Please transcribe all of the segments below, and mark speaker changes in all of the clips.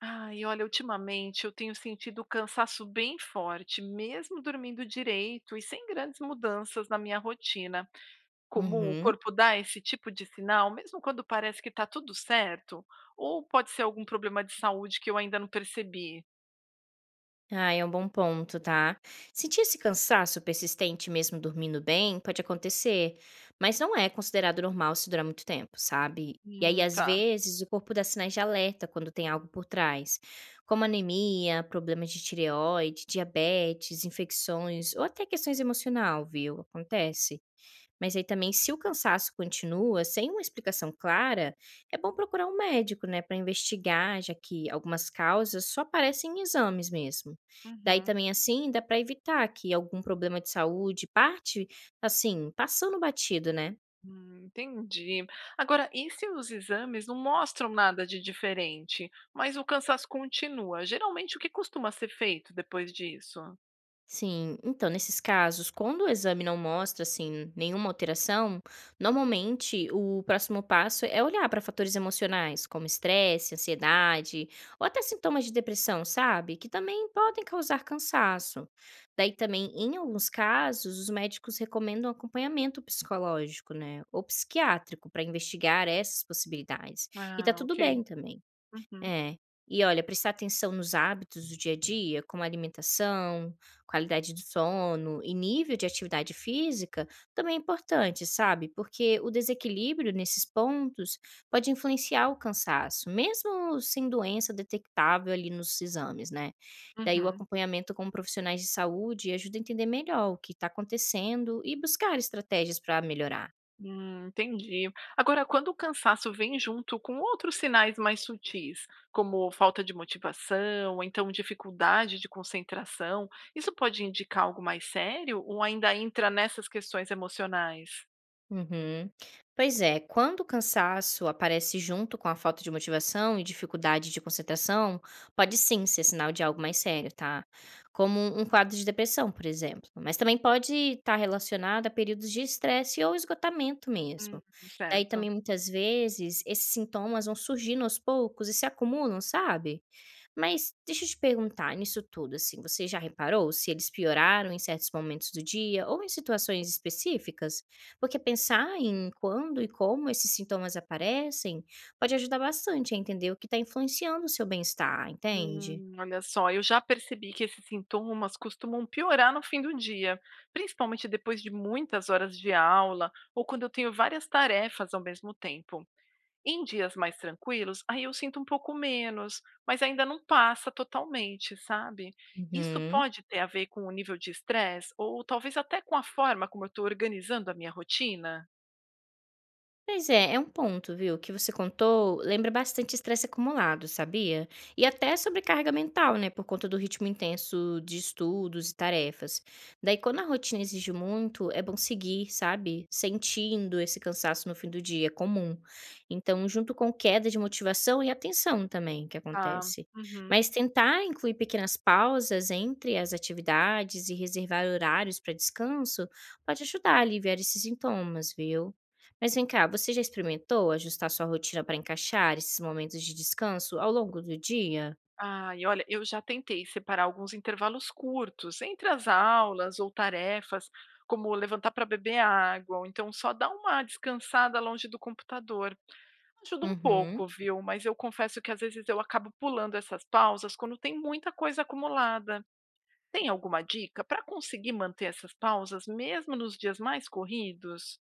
Speaker 1: Ai, olha, ultimamente eu tenho sentido cansaço bem forte, mesmo dormindo direito e sem grandes mudanças na minha rotina. Comum o
Speaker 2: Uhum.
Speaker 1: corpo dá esse tipo de sinal, mesmo quando parece que está tudo certo? Ou pode ser algum problema de saúde que eu ainda não percebi?
Speaker 2: Ah, é um bom ponto, tá? Sentir esse cansaço persistente mesmo dormindo bem pode acontecer, mas não é considerado normal se durar muito tempo, sabe? E aí, às
Speaker 1: Tá.
Speaker 2: vezes, o corpo dá sinais de alerta quando tem algo por trás, como anemia, problemas de tireoide, diabetes, infecções ou até questões emocional, viu? Acontece. Mas aí também, se o cansaço continua sem uma explicação clara, é bom procurar um médico, né, para investigar, já que algumas causas só aparecem em exames mesmo. Daí
Speaker 1: Uhum.
Speaker 2: também assim, dá para evitar que algum problema de saúde parte assim, passando batido, né?
Speaker 1: Entendi. Agora, e se os exames não mostram nada de diferente, mas o cansaço continua? Geralmente, o que costuma ser feito depois disso?
Speaker 2: Sim, então nesses casos, quando o exame não mostra assim nenhuma alteração, normalmente o próximo passo é olhar para fatores emocionais, como estresse, ansiedade ou até sintomas de depressão, sabe? Que também podem causar cansaço. Daí também, em alguns casos, os médicos recomendam acompanhamento psicológico, né, ou psiquiátrico para investigar essas possibilidades. E tá
Speaker 1: Ah, ok.
Speaker 2: tudo bem também.
Speaker 1: Uhum,
Speaker 2: É. E olha, prestar atenção nos hábitos do dia a dia, como alimentação, qualidade do sono e nível de atividade física, também é importante, sabe? Porque o desequilíbrio nesses pontos pode influenciar o cansaço, mesmo sem doença detectável ali nos exames, né? Daí o
Speaker 1: uhum.
Speaker 2: acompanhamento com profissionais de saúde ajuda a entender melhor o que está acontecendo e buscar estratégias para melhorar.
Speaker 1: Entendi. Agora, quando o cansaço vem junto com outros sinais mais sutis, como falta de motivação, ou então dificuldade de concentração, isso pode indicar algo mais sério ou ainda entra nessas questões emocionais?
Speaker 2: Uhum. Pois é, quando o cansaço aparece junto com a falta de motivação e dificuldade de concentração, pode sim ser sinal de algo mais sério, tá? Como um quadro de depressão, por exemplo. Mas também pode estar relacionado a períodos de estresse ou esgotamento
Speaker 1: Hum,
Speaker 2: mesmo. Daí
Speaker 1: certo.
Speaker 2: também, muitas vezes, esses sintomas vão surgindo aos poucos e se acumulam, sabe? Mas deixa eu te perguntar nisso tudo, assim, você já reparou se eles pioraram em certos momentos do dia ou em situações específicas? Porque pensar em quando e como esses sintomas aparecem pode ajudar bastante a entender o que está influenciando o seu bem-estar, entende?
Speaker 1: Olha só, eu já percebi que esses sintomas costumam piorar no fim do dia, principalmente depois de muitas horas de aula ou quando eu tenho várias tarefas ao mesmo tempo. Em dias mais tranquilos, aí eu sinto um pouco menos, mas ainda não passa totalmente, sabe. Isso
Speaker 2: Uhum.
Speaker 1: pode ter a ver com o nível de estresse ou talvez até com a forma como eu estou organizando a minha rotina?
Speaker 2: Pois é, é um ponto, viu, que você contou, lembra bastante estresse acumulado, sabia? E até sobrecarga mental, né, por conta do ritmo intenso de estudos e tarefas. Daí, quando a rotina exige muito, é bom seguir, sabe? Sentindo esse cansaço no fim do dia, é comum. Então, junto com queda de motivação e atenção também que
Speaker 1: Ah,
Speaker 2: acontece.
Speaker 1: uhum.
Speaker 2: Mas tentar incluir pequenas pausas entre as atividades e reservar horários para descanso pode ajudar a aliviar esses sintomas, viu? Mas vem cá, você já experimentou ajustar sua rotina para encaixar esses momentos de descanso ao longo do dia?
Speaker 1: Ai, olha, eu já tentei separar alguns intervalos curtos entre as aulas ou tarefas, como levantar para beber água, ou então só dar uma descansada longe do computador. Ajuda um
Speaker 2: Uhum.
Speaker 1: pouco, viu, mas eu confesso que às vezes eu acabo pulando essas pausas quando tem muita coisa acumulada. Tem alguma dica para conseguir manter essas pausas mesmo nos dias mais corridos?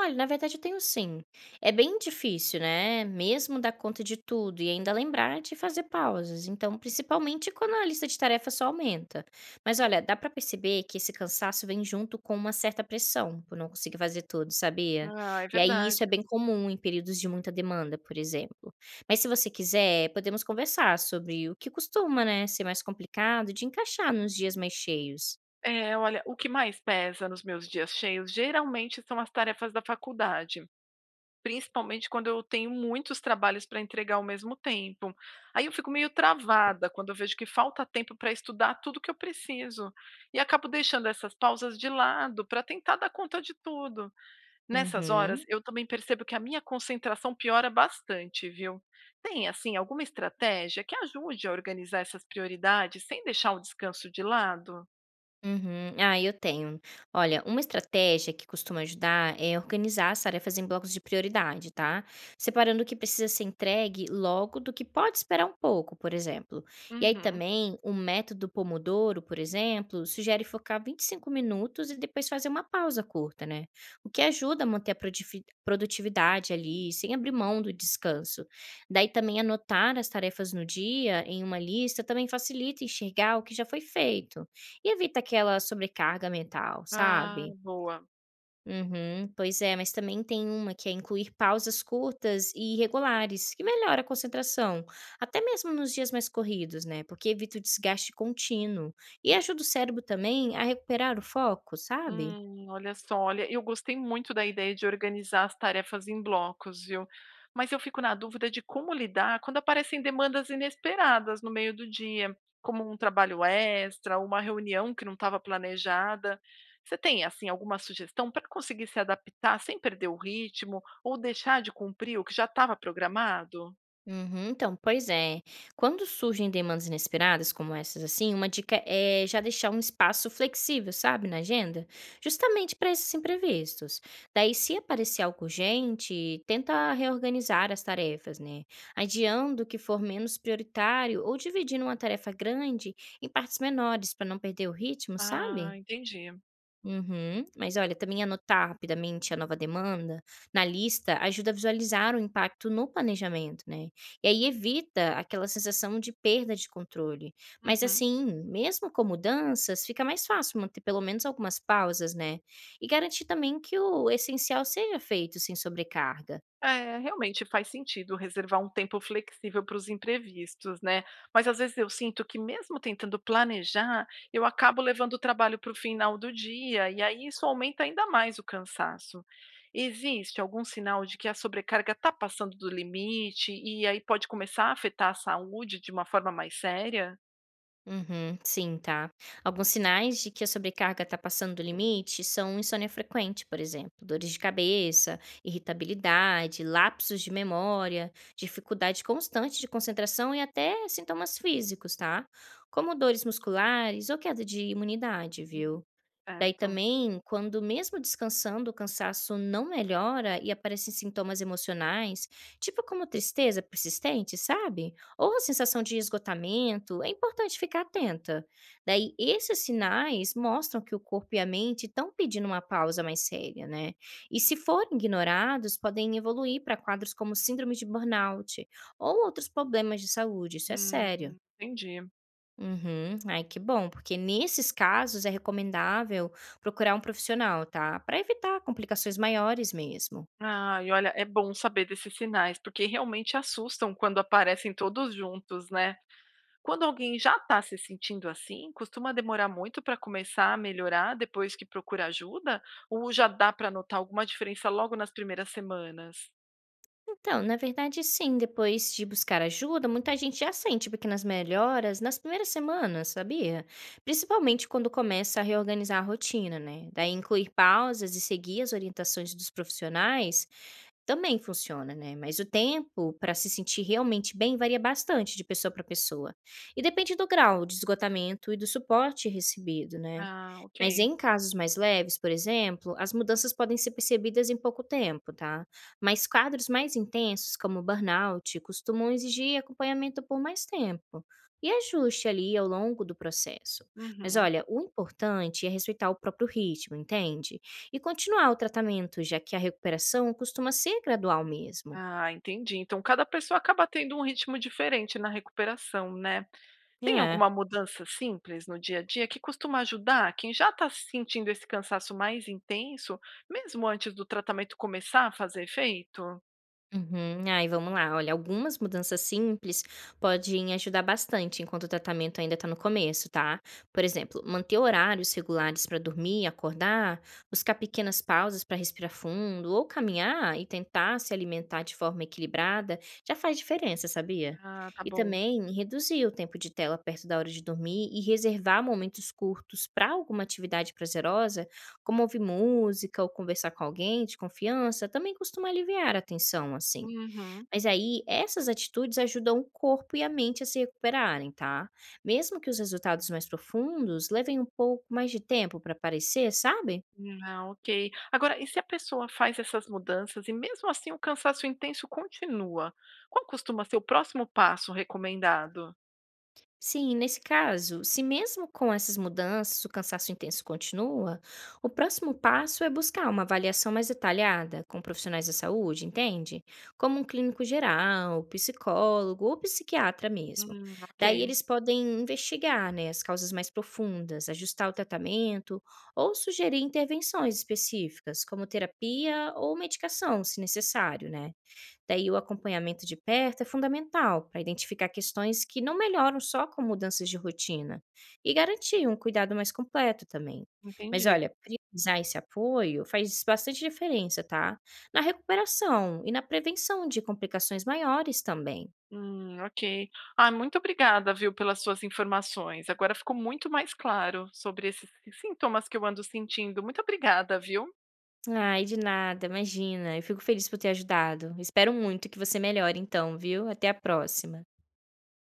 Speaker 2: Olha, na verdade eu tenho sim. É bem difícil, né, mesmo dar conta de tudo e ainda lembrar de fazer pausas, então principalmente quando a lista de tarefas só aumenta. Mas olha, dá pra perceber que esse cansaço vem junto com uma certa pressão por não conseguir fazer tudo, sabia?
Speaker 1: Ah, é
Speaker 2: E aí
Speaker 1: verdade.
Speaker 2: isso é bem comum em períodos de muita demanda, por exemplo. Mas se você quiser, podemos conversar sobre o que costuma, né, ser mais complicado de encaixar nos dias mais cheios.
Speaker 1: É, olha, o que mais pesa nos meus dias cheios geralmente são as tarefas da faculdade. Principalmente quando eu tenho muitos trabalhos para entregar ao mesmo tempo. Aí eu fico meio travada quando eu vejo que falta tempo para estudar tudo que eu preciso e acabo deixando essas pausas de lado para tentar dar conta de tudo. Nessas horas,
Speaker 2: Uhum.
Speaker 1: eu também percebo que a minha concentração piora bastante, viu? Tem assim alguma estratégia que ajude a organizar essas prioridades sem deixar o descanso de lado?
Speaker 2: Uhum. Ah, eu tenho. Olha, uma estratégia que costuma ajudar é organizar as tarefas em blocos de prioridade, tá? Separando o que precisa ser entregue logo do que pode esperar um pouco, por exemplo. E aí
Speaker 1: Uhum.
Speaker 2: também, o método Pomodoro, por exemplo, sugere focar 25 minutos e depois fazer uma pausa curta, né? O que ajuda a manter a produtividade ali, sem abrir mão do descanso. Daí também anotar as tarefas no dia em uma lista também facilita enxergar o que já foi feito. E evita aquela sobrecarga mental,
Speaker 1: Ah,
Speaker 2: sabe?
Speaker 1: boa.
Speaker 2: Uhum, pois é, mas também tem uma que é incluir pausas curtas e regulares, que melhora a concentração, até mesmo nos dias mais corridos, né? Porque evita o desgaste contínuo e ajuda o cérebro também a recuperar o foco, sabe?
Speaker 1: Olha só, olha, eu gostei muito da ideia de organizar as tarefas em blocos, viu? Mas eu fico na dúvida de como lidar quando aparecem demandas inesperadas no meio do dia, como um trabalho extra, uma reunião que não estava planejada. Você tem, assim, alguma sugestão para conseguir se adaptar sem perder o ritmo ou deixar de cumprir o que já estava programado?
Speaker 2: Uhum, então, pois é. Quando surgem demandas inesperadas como essas assim, uma dica é já deixar um espaço flexível, sabe, na agenda, justamente para esses imprevistos. Daí, se aparecer algo urgente, tenta reorganizar as tarefas, né? Adiando o que for menos prioritário ou dividindo uma tarefa grande em partes menores para não perder o ritmo,
Speaker 1: Ah,
Speaker 2: sabe?
Speaker 1: entendi.
Speaker 2: Uhum. Mas olha, também anotar rapidamente a nova demanda na lista ajuda a visualizar o impacto no planejamento, né? E aí evita aquela sensação de perda de controle. Mas
Speaker 1: Uhum.
Speaker 2: assim, mesmo com mudanças, fica mais fácil manter pelo menos algumas pausas, né? E garantir também que o essencial seja feito sem sobrecarga.
Speaker 1: É, realmente faz sentido reservar um tempo flexível para os imprevistos, né? Mas às vezes eu sinto que mesmo tentando planejar, eu acabo levando o trabalho para o final do dia e aí isso aumenta ainda mais o cansaço. Existe algum sinal de que a sobrecarga está passando do limite e aí pode começar a afetar a saúde de uma forma mais séria?
Speaker 2: Uhum, sim, tá. Alguns sinais de que a sobrecarga está passando do limite são insônia frequente, por exemplo, dores de cabeça, irritabilidade, lapsos de memória, dificuldade constante de concentração e até sintomas físicos, tá? Como dores musculares ou queda de imunidade, viu? Daí
Speaker 1: Certo.
Speaker 2: também, quando mesmo descansando, o cansaço não melhora e aparecem sintomas emocionais, tipo como tristeza persistente, sabe? Ou a sensação de esgotamento, é importante ficar atenta. Daí, esses sinais mostram que o corpo e a mente estão pedindo uma pausa mais séria, né? E se forem ignorados, podem evoluir para quadros como síndrome de burnout ou outros problemas de saúde, isso é sério.
Speaker 1: Entendi.
Speaker 2: Uhum. Ai, que bom, porque nesses casos é recomendável procurar um profissional, tá? Para evitar complicações maiores mesmo.
Speaker 1: Ah, e olha, é bom saber desses sinais, porque realmente assustam quando aparecem todos juntos, né? Quando alguém já está se sentindo assim, costuma demorar muito para começar a melhorar depois que procura ajuda? Ou já dá para notar alguma diferença logo nas primeiras semanas?
Speaker 2: Então, na verdade, sim, depois de buscar ajuda, muita gente já sente pequenas melhoras nas primeiras semanas, sabia? Principalmente quando começa a reorganizar a rotina, né? Daí incluir pausas e seguir as orientações dos profissionais também funciona, né, mas o tempo para se sentir realmente bem varia bastante de pessoa para pessoa, e depende do grau de esgotamento e do suporte recebido, né.
Speaker 1: Ah, ok.
Speaker 2: Mas em casos mais leves, por exemplo, as mudanças podem ser percebidas em pouco tempo, tá? Mas quadros mais intensos, como burnout, costumam exigir acompanhamento por mais tempo e ajuste ali ao longo do processo. Mas
Speaker 1: Uhum.
Speaker 2: olha, o importante é respeitar o próprio ritmo, entende? E continuar o tratamento, já que a recuperação costuma ser gradual mesmo.
Speaker 1: Ah, entendi. Então cada pessoa acaba tendo um ritmo diferente na recuperação, né? Tem
Speaker 2: É.
Speaker 1: alguma mudança simples no dia a dia que costuma ajudar quem já está sentindo esse cansaço mais intenso, mesmo antes do tratamento começar a fazer efeito?
Speaker 2: Uhum. Ai, vamos lá. Olha, algumas mudanças simples podem ajudar bastante enquanto o tratamento ainda está no começo, tá? Por exemplo, manter horários regulares para dormir e acordar, buscar pequenas pausas para respirar fundo, ou caminhar e tentar se alimentar de forma equilibrada já faz diferença, sabia?
Speaker 1: Ah, tá
Speaker 2: E
Speaker 1: bom.
Speaker 2: também reduzir o tempo de tela perto da hora de dormir e reservar momentos curtos para alguma atividade prazerosa como ouvir música ou conversar com alguém de confiança também costuma aliviar a tensão, assim.
Speaker 1: Uhum.
Speaker 2: Mas aí, essas atitudes ajudam o corpo e a mente a se recuperarem, tá? Mesmo que os resultados mais profundos levem um pouco mais de tempo para aparecer, sabe?
Speaker 1: Ah, ok. Agora, e se a pessoa faz essas mudanças e mesmo assim o cansaço intenso continua, qual costuma ser o próximo passo recomendado?
Speaker 2: Sim, nesse caso, se mesmo com essas mudanças o cansaço intenso continua, o próximo passo é buscar uma avaliação mais detalhada com profissionais da saúde, entende? Como um clínico geral, psicólogo ou psiquiatra mesmo.
Speaker 1: Ok,
Speaker 2: Daí eles podem investigar, né, as causas mais profundas, ajustar o tratamento ou sugerir intervenções específicas, como terapia ou medicação, se necessário, né? Daí o acompanhamento de perto é fundamental para identificar questões que não melhoram só com mudanças de rotina e garantir um cuidado mais completo também. Mas
Speaker 1: entendi.
Speaker 2: olha, priorizar esse apoio faz bastante diferença, tá? Na recuperação e na prevenção de complicações maiores também.
Speaker 1: Ok. Ah, muito obrigada, viu, pelas suas informações. Agora ficou muito mais claro sobre esses sintomas que eu ando sentindo. Muito obrigada, viu?
Speaker 2: Ai, de nada, imagina. Eu fico feliz por ter ajudado. Espero muito que você melhore então, viu? Até a próxima.